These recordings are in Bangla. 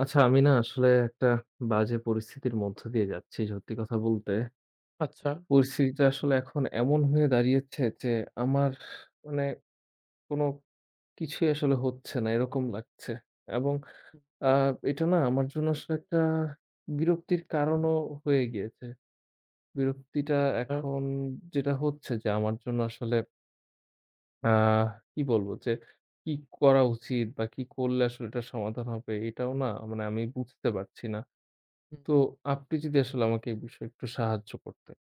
আচ্ছা, আমি না আসলে একটা বাজে পরিস্থিতির মধ্য দিয়ে যাচ্ছি সত্যি কথা বলতে। আচ্ছা, পরিস্থিতিটা আসলে এখন এমন হয়ে দাঁড়িয়েছে যে আমার মানে কোনো কিছুই আসলে হচ্ছে না এরকম লাগছে। এবং আ এটা না আমার জন্য আসলে একটা বিরক্তির কারণও হয়ে গিয়েছে। বিরক্তিটা আচ্ছা। এখন যেটা হচ্ছে যে আমার জন্য আসলে আ কি বলবো যে কি করা উচিত বা কি করলে আসলে এটার সমাধান হবে এটাও না মানে আমি বুঝতে পারছি না। হুম। তো আপনি যদি আসলে আমাকে এই বিষয়ে একটু সাহায্য করতেন।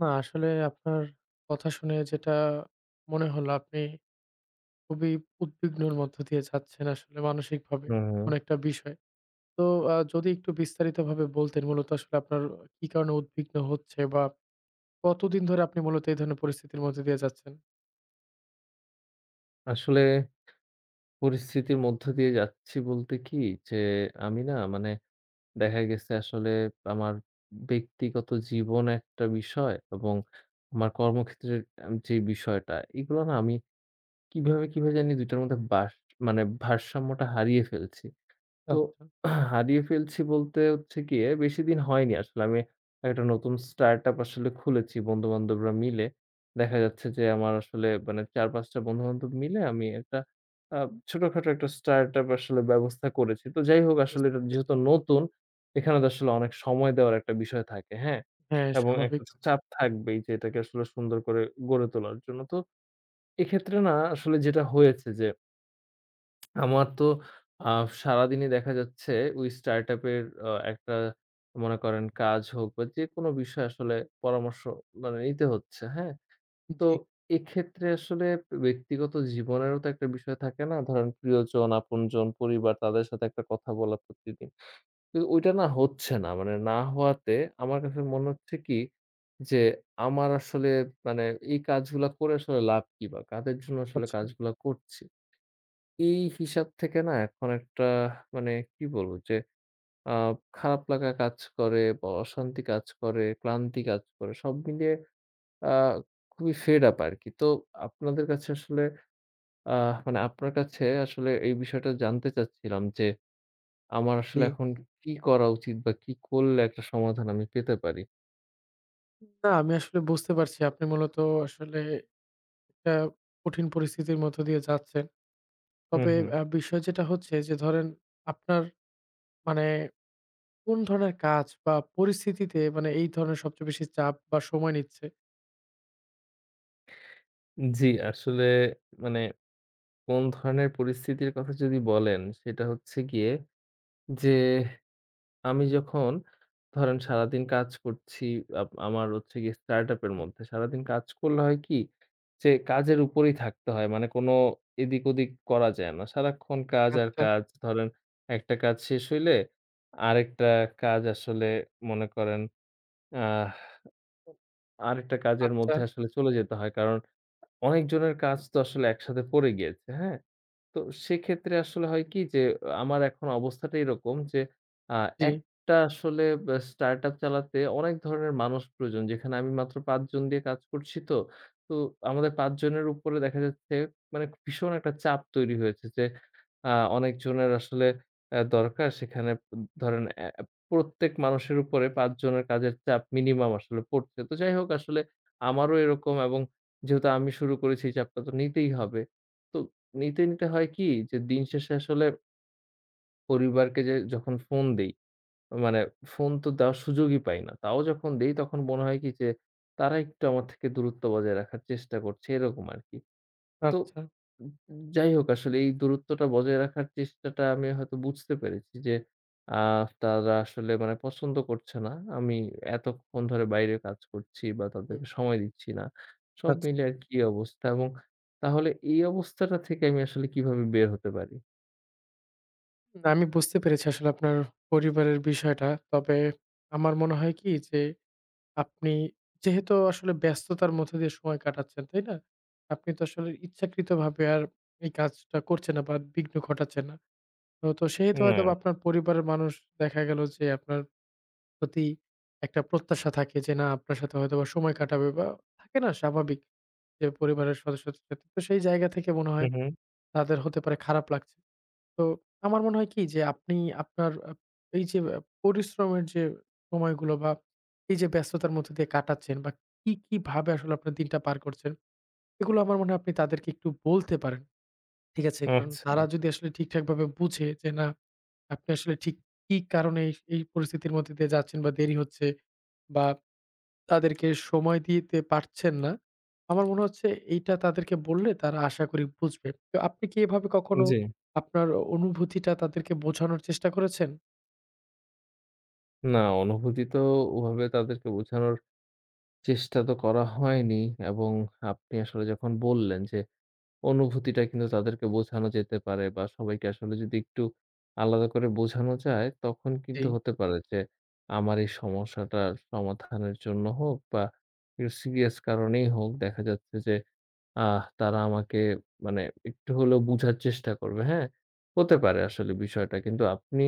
না আসলে আপনার কথা শুনে যেটা মনে হলো আপনি খুবই উদ্বিগ্নর মধ্য দিয়ে যাচ্ছেন আসলে মানসিকভাবে হুম, হুম। কোন একটা বিষয়। তো যদি একটু বিস্তারিতভাবে বলতেন মূলত আসলে আপনার কি কারণে উদ্বিগ্ন হচ্ছে বা কতদিন ধরে আপনি মূলত এই ধরনের পরিস্থিতির মধ্যে দিয়ে যাচ্ছেন? আসলে পরিস্থিতির মধ্য দিয়ে যাচ্ছি বলতে কি যে, আমি না মানে দেখা গেছে আসলে আমার ব্যক্তিগত জীবন একটা বিষয় এবং আমার কর্মক্ষেত্রের যে বিষয়টা, এগুলো না আমি কিভাবে, কিভাবে জানি ২ টার মধ্যে বাস মানে ভারসাম্যটা হারিয়ে ফেলছি। তো আচ্ছা, হারিয়ে ফেলছি বলতে হচ্ছে গিয়ে বেশিদিন হয়নি আসলে। আমি একটা নতুন স্টার্টআপ আসলে খুলেছি বন্ধু-বান্ধবরা মিলে। দেখা যাচ্ছে যে আমার আসলে মানে ৪-৫ টা বন্ধু-বান্ধব মিলে আমি একটা আ ছোটখাটো একটা স্টার্টআপ আসলে ব্যবস্থা করেছি। তো যাই হোক আসলে বুঝতে এটা পেরেছি। যেহেতু নতুন, এখানে তো আসলে অনেক সময় দেওয়ার একটা বিষয় থাকে, হ্যাঁ? হ্যাঁ, এবং একটা স্বাভাবিক। আচ্ছা, আচ্ছা। চাপ থাকবেই যে এটাকে আসলে সুন্দর করে গড়ে তোলার জন্য। তো এক্ষেত্রে না আসলে যেটা হয়েছে যে আমার তো আ সারাদিনই দেখা যাচ্ছে ওই স্টার্টআপ এর একটা মনে করেন কাজ হোক বা যেকোনো বিষয়ে আসলে পরামর্শ মানে নিতে হচ্ছে, হ্যাঁ? তো জি, এক্ষেত্রে আসলে ব্যক্তিগত জীবনেরও তো একটা বিষয় থাকে না? ধরেন প্রিয়জন, আপনজন, পরিবার তাদের সাথে একটা কথা বলা প্রতিদিন। কিন্তু ওইটা না হচ্ছে না। মানে না হওয়াতে আমার কাছে মনে হচ্ছে কি যে আমার আসলে মানে এই কাজগুলা করে আসলে লাভ কি বা কাদের জন্য আসলে আচ্ছা। কাজগুলা করছি? এই হিসাব থেকে না এখন একটা মানে কি বলবো যে আ খারাপ লাগা কাজ করে বা অশান্তি কাজ করে, ক্লান্তি কাজ করে। সব মিলিয়ে আ খুবই ফেড আপ আরকি। তো আপনাদের কাছে আসলে আ মানে আপনার কাছে আসলে এই বিষয়টা জানতে চাচ্ছিলাম যে আমার আসলে জি। এখন কি করা উচিত বা কি করলে একটা সমাধান আমি পেতে পারি? না আমি আসলে বুঝতে পারছি আপনি মূলত আসলে একটা কঠিন পরিস্থিতির মধ্য দিয়ে যাচ্ছেন। হুম, তবে হুম। বিষয় যেটা হচ্ছে যে ধরেন আপনার মানে কোন ধরনের কাজ বা পরিস্থিতিতে মানে এই ধরনের সবচেয়ে বেশি চাপ বা সময় নিচ্ছে? জি, আসলে মানে কোন ধরনের পরিস্থিতির কথা যদি বলেন সেটা হচ্ছে গিয়ে যে আমি যখন ধরেন সারাদিন কাজ করছি, আমার হচ্ছে গিয়ে স্টার্টআপ এর হুম, মধ্যে। সারাদিন কাজ করলে হয় কি? যে কাজের উপরেই থাকতে হয়। মানে কোনো এদিক-ওদিক করা যায় না। সারাক্ষণ কাজ আর আচ্ছা, কাজ। ধরেন একটা কাজ শেষ হইলে আরেকটা কাজ আসলে মনে করেন আহ আরেকটা কাজের আচ্ছা, মধ্যে আসলে চলে যেতে হয়। কারণ অনেকজনের কাজ তো আসলে একসাথে পড়ে গিয়েছে, হ্যাঁ? তো সেক্ষেত্রে আসলে হয় কি যে, আমার এখন অবস্থাটা এরকম যে, আ জি, একটা আসলে স্টার্টআপ চালাতে অনেক ধরনের মানুষ প্রয়োজন। যেখানে আমি মাত্র ৫ জন দিয়ে কাজ করছি তো। তো আমাদের ৫ জনের উপরে দেখা যাচ্ছে মানে ভীষণ একটা চাপ তৈরি হয়েছে যে, অনেকজনের আসলে দরকার সেখানে ধরেন প্রত্যেক মানুষের উপরে ৫ জনের কাজের চাপ মিনিমাম আসলে পড়ছে। তো যাই হোক আসলে আমারও এরকম এবং যেহেতু আমি শুরু করেছি এই চাপটা তো নিতেই হবে। তো নিতে, নিতে হয় কি যে দিন শেষে আসলে পরিবারকে যে যখন ফোন দেই, মানে ফোন তো দেওয়ার সুযোগই পাই না। তাও যখন দেই তখন মনে হয় কি যে তারা একটু আমার থেকে দূরত্ব বজায় রাখার চেষ্টা করছে এরকম আরকি। তো আচ্ছা, উম যাই হোক আসলে এই দূরত্বটা বজায় রাখার চেষ্টাটা আমি হয়তো বুঝতে পেরেছি যে আ তারা আসলে মানে পছন্দ করছে না। আমি এতক্ষণ ধরে বাইরে কাজ করছি বা হুম, তাদেরকে সময় দিচ্ছি না। সব আচ্ছা। মিলে আরকি এই অবস্থা এবং তাহলে এই অবস্থাটা থেকে আমি আসলে কিভাবে বের হতে পারি? না, আমি বুঝতে পেরেছি আসলে আপনার পরিবারের বিষয়টা। তবে আমার মনে হয় কি যে আপনি যেহেতু আসলে ব্যস্ততার মধ্যে দিয়ে সময় কাটাচ্ছেন, তাই না? আপনি তো আসলে ইচ্ছাকৃতভাবে আর এই কাজটা করছেন না বা বিঘ্ন ঘটাচ্ছেন না। তো তো সেহেতু হয়তোবা না। আপনার পরিবারের মানুষ দেখা গেল যে আপনার প্রতি একটা প্রত্যাশা থাকে যে না আপনার সাথে হয়তোবা সময় কাটাবে বা থাকে না স্বাভাবিক যে পরিবারের সদস্যদের সাথে। তো সেই জায়গা থেকে মনে হু, হয় হু। তাদের হতে পারে খারাপ লাগছে। তো আমার মনে হয় কি যে আপনি আপনার এই যে পরিশ্রমের যে সময়গুলো বা এই যে ব্যস্ততার মধ্যে দিয়ে কাটাচ্ছেন বা কি, কি ভাবে আসলে আপনার দিনটা পার করছেন, এগুলো আমার মনে হয় আপনি তাদেরকে একটু বলতে পারেন। ঠিক আছে? কারণ আচ্ছা। তারা যদি আসলে ঠিকঠাকভাবে বুঝে যে না আপনি আসলে ঠিক কি কারণে এই পরিস্থিতির মধ্যে দিয়ে যাচ্ছেন বা দেরি হচ্ছে বা তাদেরকে সময় দিতে পারছেন না। আমার মনে হচ্ছে এইটা তাদেরকে বললে তারা আশা করি বুঝবে। তো আপনি কি এভাবে কখনো জি। আপনার অনুভূতিটা তাদেরকে বোঝানোর চেষ্টা করেছেন? না অনুভূতি তো ওভাবে তাদেরকে বোঝানোর চেষ্টা তো করা হয়নি এবং আপনি আসলে যখন বললেন যে অনুভূতিটা কিন্তু তাদেরকে বোঝানো যেতে পারে বা সবাইকে আসলে যদি একটু আলাদা করে বোঝানো যায় তখন জি, কিন্তু হতে পারে যে আমার এই সমস্যাটার সমাধানের জন্য হোক বা একটু সিরিয়াস কারণেই হোক দেখা যাচ্ছে যে তারা আমাকে মানে একটু হলেও বুঝার চেষ্টা করবে, হ্যাঁ? হতে আ পারে আসলে বিষয়টা। কিন্তু আপনি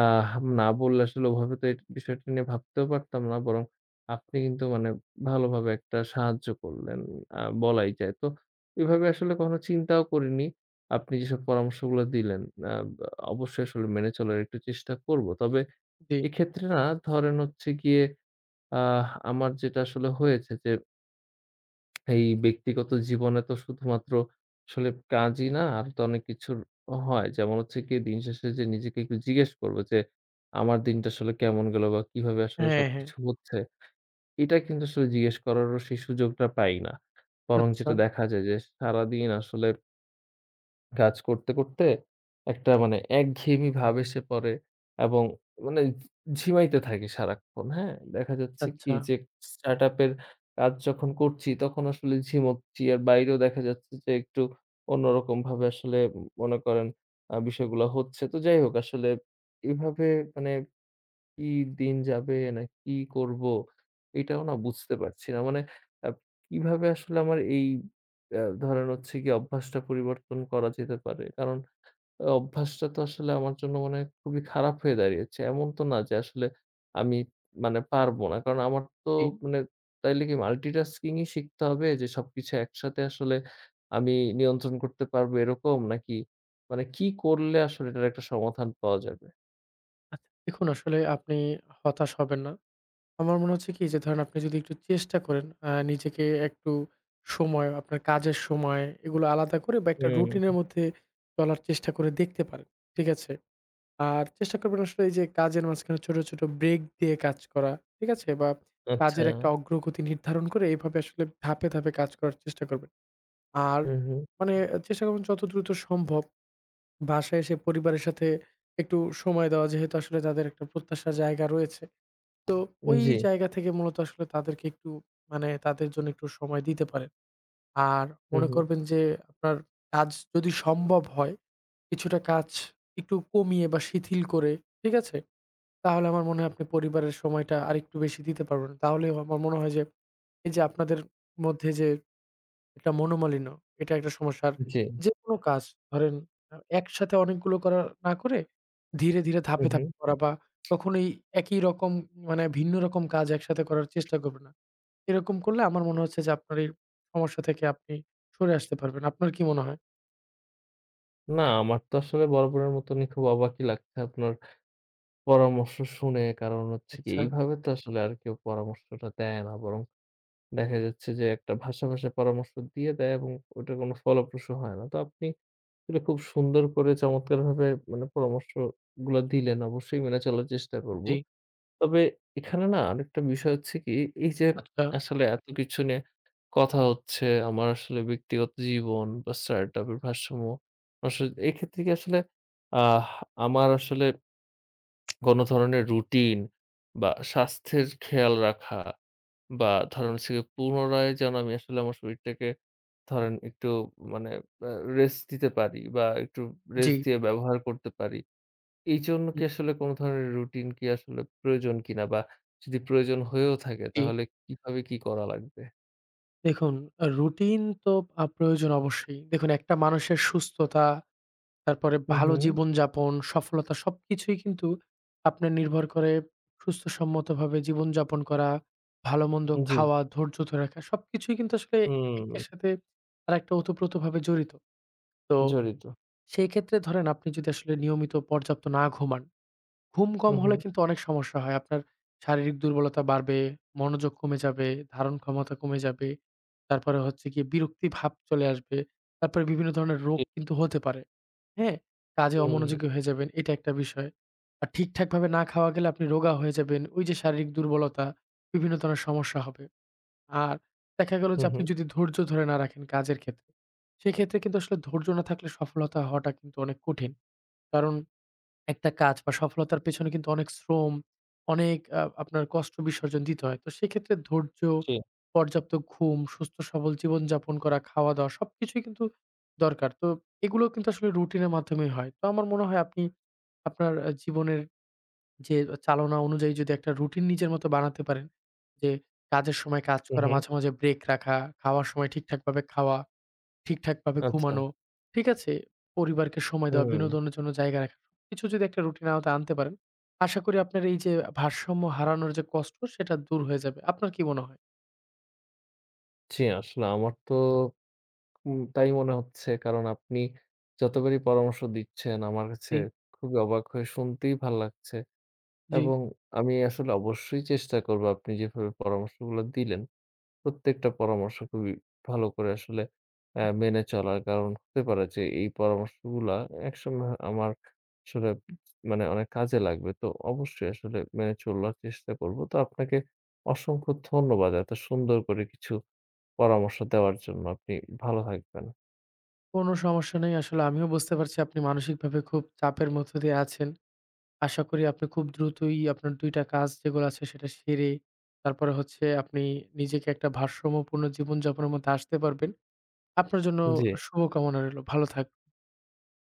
আহ না বললে আসলে ওভাবে তো এই বিষয়টা নিয়ে ভাবতেও পারতাম না। বরং আপনি কিন্তু মানে ভালোভাবে একটা সাহায্য করলেন, বলাই যায়। তো এভাবে আসলে কখনো চিন্তাও করিনি। আপনি যেসব পরামর্শগুলো দিলেন, আ অবশ্যই আসলে মেনে চলার একটু চেষ্টা করব। তবে জি। এক্ষেত্রে না ধরেন হচ্ছে গিয়ে আমার যেটা আসলে হয়েছে যে এই ব্যক্তিগত জীবনে তো শুধুমাত্র আসলে কাজই না, আরো তো অনেক কিছুর হয়। যেমন হচ্ছে গিয়ে দিন শেষে যে নিজেকে একটু জিজ্ঞেস করব যে, আমার দিনটা আসলে কেমন গেল বা কিভাবে আসলে হ্যাঁ, হ্যাঁ। সবকিছু হচ্ছে? এটা কিন্তু আসলে জিজ্ঞেস করারও সেই সুযোগটা পাই না। বরং আচ্ছা, যেটা দেখা যায় যে সারাদিন আসলে কাজ করতে, করতে একটা মানে একঘেয়েমি ভাব এসে পড়ে এবং মানে ঝিমাইতে থাকি সারাক্ষণ, হ্যাঁ? দেখা যাচ্ছে কি আচ্ছা। যে স্টার্টআপ এর কাজ যখন করছি তখন আসলে ঝিমোচ্ছি। আর বাইরেও দেখা যাচ্ছে যে একটু অন্যরকমভাবে আসলে মনে করেন বিষয়গুলো হচ্ছে। তো যাই হোক আসলে এভাবে মানে কি দিন যাবে না কি করব? এটাও না বুঝতে পারছি না। মানে আ কিভাবে আসলে আমার এই ধরেন হচ্ছে গিয়ে অভ্যাসটা পরিবর্তন করা যেতে পারে? কারণ অভ্যাসটা তো আসলে আমার জন্য মনে হয় খুবই খারাপ হয়ে দাঁড়িয়েছে। এমন তো না যে আসলে আমি মানে পারব না। কারণ আমার তো জি। মানে তাইলে কি multitasking ই শিখতে হবে যে সবকিছু একসাথে আসলে আমি নিয়ন্ত্রণ করতে পারবো এরকম? নাকি মানে কি করলে আসলে এটার একটা সমাধান পাওয়া যাবে? আচ্ছা দেখুন আসলে আপনি হতাশ হবেন না। আমার মনে হচ্ছে কি যে ধরেন আপনি যদি একটু চেষ্টা করেন নিজেকে একটু সময় আপনার কাজের সময় এগুলো আলাদা করে বা একটা হুম, রুটিন এর মধ্যে চলার চেষ্টা করে দেখতে পারেন। ঠিক আছে? আর চেষ্টা করবেন আসলে এই যে কাজের মাঝখানে ছোট, ছোট ব্রেক দিয়ে কাজ করা। ঠিক আছে? বা আচ্ছা। কাজের একটা অগ্রগতি নির্ধারণ করে এভাবে আসলে ধাপে, ধাপে কাজ করার চেষ্টা করবেন। আর হু, হু। মানে চেষ্টা করবেন যত দ্রুত সম্ভব বাসায় এসে পরিবারের সাথে একটু সময় দেওয়া। যেহেতু আসলে তাদের একটা প্রত্যাশার জায়গা রয়েছে। তো ওই জি। জায়গা থেকে মূলত আসলে তাদেরকে একটু মানে তাদের জন্য একটু সময় দিতে পারেন। আর হুম, মনে হুম। করবেন যে আপনার কাজ যদি সম্ভব হয় কিছুটা কাজ একটু কমিয়ে বা শিথিল করে, ঠিক আছে? তাহলে আমার মনে হয় আপনি পরিবারের সময়টা আরেকটু বেশি দিতে পারবেন। তাহলেও আমার মনে হয় যে, এই যে আপনাদের মধ্যে যে একটা মনোমালিন্য, এটা একটা সমস্যা। আর জি। জি। যেকোনো কাজ ধরেন একসাথে অনেকগুলো করা না করে, ধীরে, ধীরে হুম, ধাপে, হুম। ধাপে করা বা কখনোই একই রকম মানে ভিন্ন রকম কাজ একসাথে করার চেষ্টা করবেন না। এরকম করলে আমার মনে হচ্ছে যে আপনার এই সমস্যা থেকে আপনি সরে আসতে পারবেন। আপনার কি মনে হয়? না আমার তো আসলে বরাবরের মতনই খুব অবাকই লাগছে আপনার পরামর্শ শুনে। কারণ হচ্ছে কি আচ্ছা, এইভাবে তো আসলে আর কেউ পরামর্শটা দেয় না। বরং দেখা যাচ্ছে যে একটা ভাষা, ভাষা পরামর্শ দিয়ে দেয় এবং ওটা কোনো ফলপ্রসূ হয় না। তো আপনি এটা খুব সুন্দর করে চমৎকারভাবে মানে পরামর্শগুলা দিলেন। অবশ্যই মেনে চলার চেষ্টা করব। জি। তবে এখানে না আরেকটা বিষয় হচ্ছে কি, এই যে আচ্ছা, আসলে এত কিছু নিয়ে কথা হচ্ছে, আমার আসলে ব্যক্তিগত জীবন বা স্টার্টআপ এর ভারসাম্য আসলে এক্ষেত্রে কি আসলে আহ আমার আসলে কোন ধরনের রুটিন বা স্বাস্থ্যের খেয়াল রাখা বা ধরেন হচ্ছে গিয়ে পুনরায় যেন আমি আসলে আমার শরীরটাকে ধরেন একটু মানে আ রেস্ট দিতে পারি বা একটু জি, রেস্ট দিয়ে ব্যবহার করতে পারি। এইজন্য কি হুম, আসলে কোন ধরনের রুটিন কি আসলে প্রয়োজন কিনা? বা যদি প্রয়োজন হয়েও থাকে জি। তাহলে কিভাবে কি করা লাগবে? দেখুন, রুটিন তো প্রয়োজন অবশ্যই। দেখুন একটা মানুষের সুস্থতা, তারপরে হুম, ভালো হুম। জীবনযাপন, সফলতা সবকিছুই কিন্তু আপনার নির্ভর করে সুস্থসম্মতভাবে জীবনযাপন করা, ভালোমন্দ জি। খাওয়া, ধৈর্য ধরে রাখা সবকিছুই কিন্তু আসলে হুম, একটার সাথে আরেকটা ওতপ্রোতভাবে জড়িত। তো জড়িত। সেই ক্ষেত্রে ধরেন আপনি যদি আসলে নিয়মিত পর্যাপ্ত না ঘুমান ঘুম কম হুম, হলে হুম। কিন্তু অনেক সমস্যা হয়। আপনার শারীরিক দুর্বলতা বাড়বে, মনোযোগ কমে যাবে, ধারণ ক্ষমতা কমে যাবে। তারপরে হচ্ছে গিয়ে বিরক্তি ভাব চলে আসবে। তারপরে বিভিন্ন ধরনের রোগ জি। কিন্তু হতে পারে। হ্যাঁ? কাজে হুম, অমনোযোগী হয়ে যাবেন, এটা একটা বিষয়। আর ঠিকঠাকভাবে না খাওয়া গেলে আপনি রোগা হয়ে যাবেন। ওই যে শারীরিক দুর্বলতা, বিভিন্ন ধরনের সমস্যা হবে। আর দেখা গেল যে হুম, আপনি হুম। যদি ধৈর্য ধরে না রাখেন কাজের ক্ষেত্রে, সেক্ষেত্রে কিন্তু আসলে ধৈর্য না থাকলে সফলতা হওয়াটা কিন্তু অনেক কঠিন। কারণ একটা কাজ বা সফলতার পেছনে কিন্তু অনেক শ্রম, অনেক আপনার কষ্ট বিসর্জন দিতে হয়। তো সেক্ষেত্রে ধৈর্য, জি। পর্যাপ্ত ঘুম, সুস্থ সবল জীবনযাপন করা, খাওয়া-দাওয়া সবকিছুই কিন্তু দরকার। তো এগুলো কিন্তু আসলে রুটিনের মাধ্যমেই হয়। তো আমার মনে হয় আপনি আপনার জীবনের যে চালনা অনুযায়ী যদি একটা রুটিন নিজের মতো বানাতে পারেন যে কাজের সময় কাজ হুম, করা, হুম। মাঝে, মাঝে ব্রেক রাখা, খাওয়ার সময় ঠিকঠাকভাবে খাওয়া। ঠিকঠাকভাবে আচ্ছা। ঘুমানো, ঠিক আছে? পরিবারকে সময় দেওয়া, হুম। বিনোদনের জন্য জায়গা রাখা। কিছু যদি একটা রুটিন আওতা আনতে পারেন, আশা করি আপনার এই যে ভারসাম্য হারানোর যে কষ্ট সেটা দূর হয়ে যাবে। আপনার কি মনে হয়? জি, আসলে আমার তো তাই মনে হচ্ছে। কারণ আপনি যতবারই পরামর্শ দিচ্ছেন আমার কাছে জি, খুবই অবাক হয়ে শুনতেই ভাল লাগছে। জি। এবং আমি আসলে অবশ্যই চেষ্টা করব আপনি যেভাবে পরামর্শগুলো দিলেন। প্রত্যেকটা পরামর্শ খুবই ভালো করে আসলে মেনে চলার কারণ হতে পারে যে এই পরামর্শগুলা একসময় আমার আসলে মানে অনেক কাজে লাগবে। তো অবশ্যই আসলে মেনে চলার চেষ্টা করব। তো আপনাকে অসংখ্য ধন্যবাদ এত সুন্দর করে কিছু পরামর্শ দেওয়ার জন্য। আপনি ভালো থাকবেন। কোনো সমস্যা নেই। আসলে আমিও বুঝতে পারছি আপনি মানসিকভাবে খুব চাপের মধ্য দিয়ে আছেন। আশা করি আপনি খুব দ্রুতই আপনার ২ টা কাজ যেগুলো আছে সেটা সেরে তারপরে হচ্ছে আপনি নিজেকে একটা ভারসাম্যপূর্ণ জীবনযাপনের মধ্যে আসতে পারবেন। আপনার জন্য জি। শুভকামনা রইলো। ভালো থাক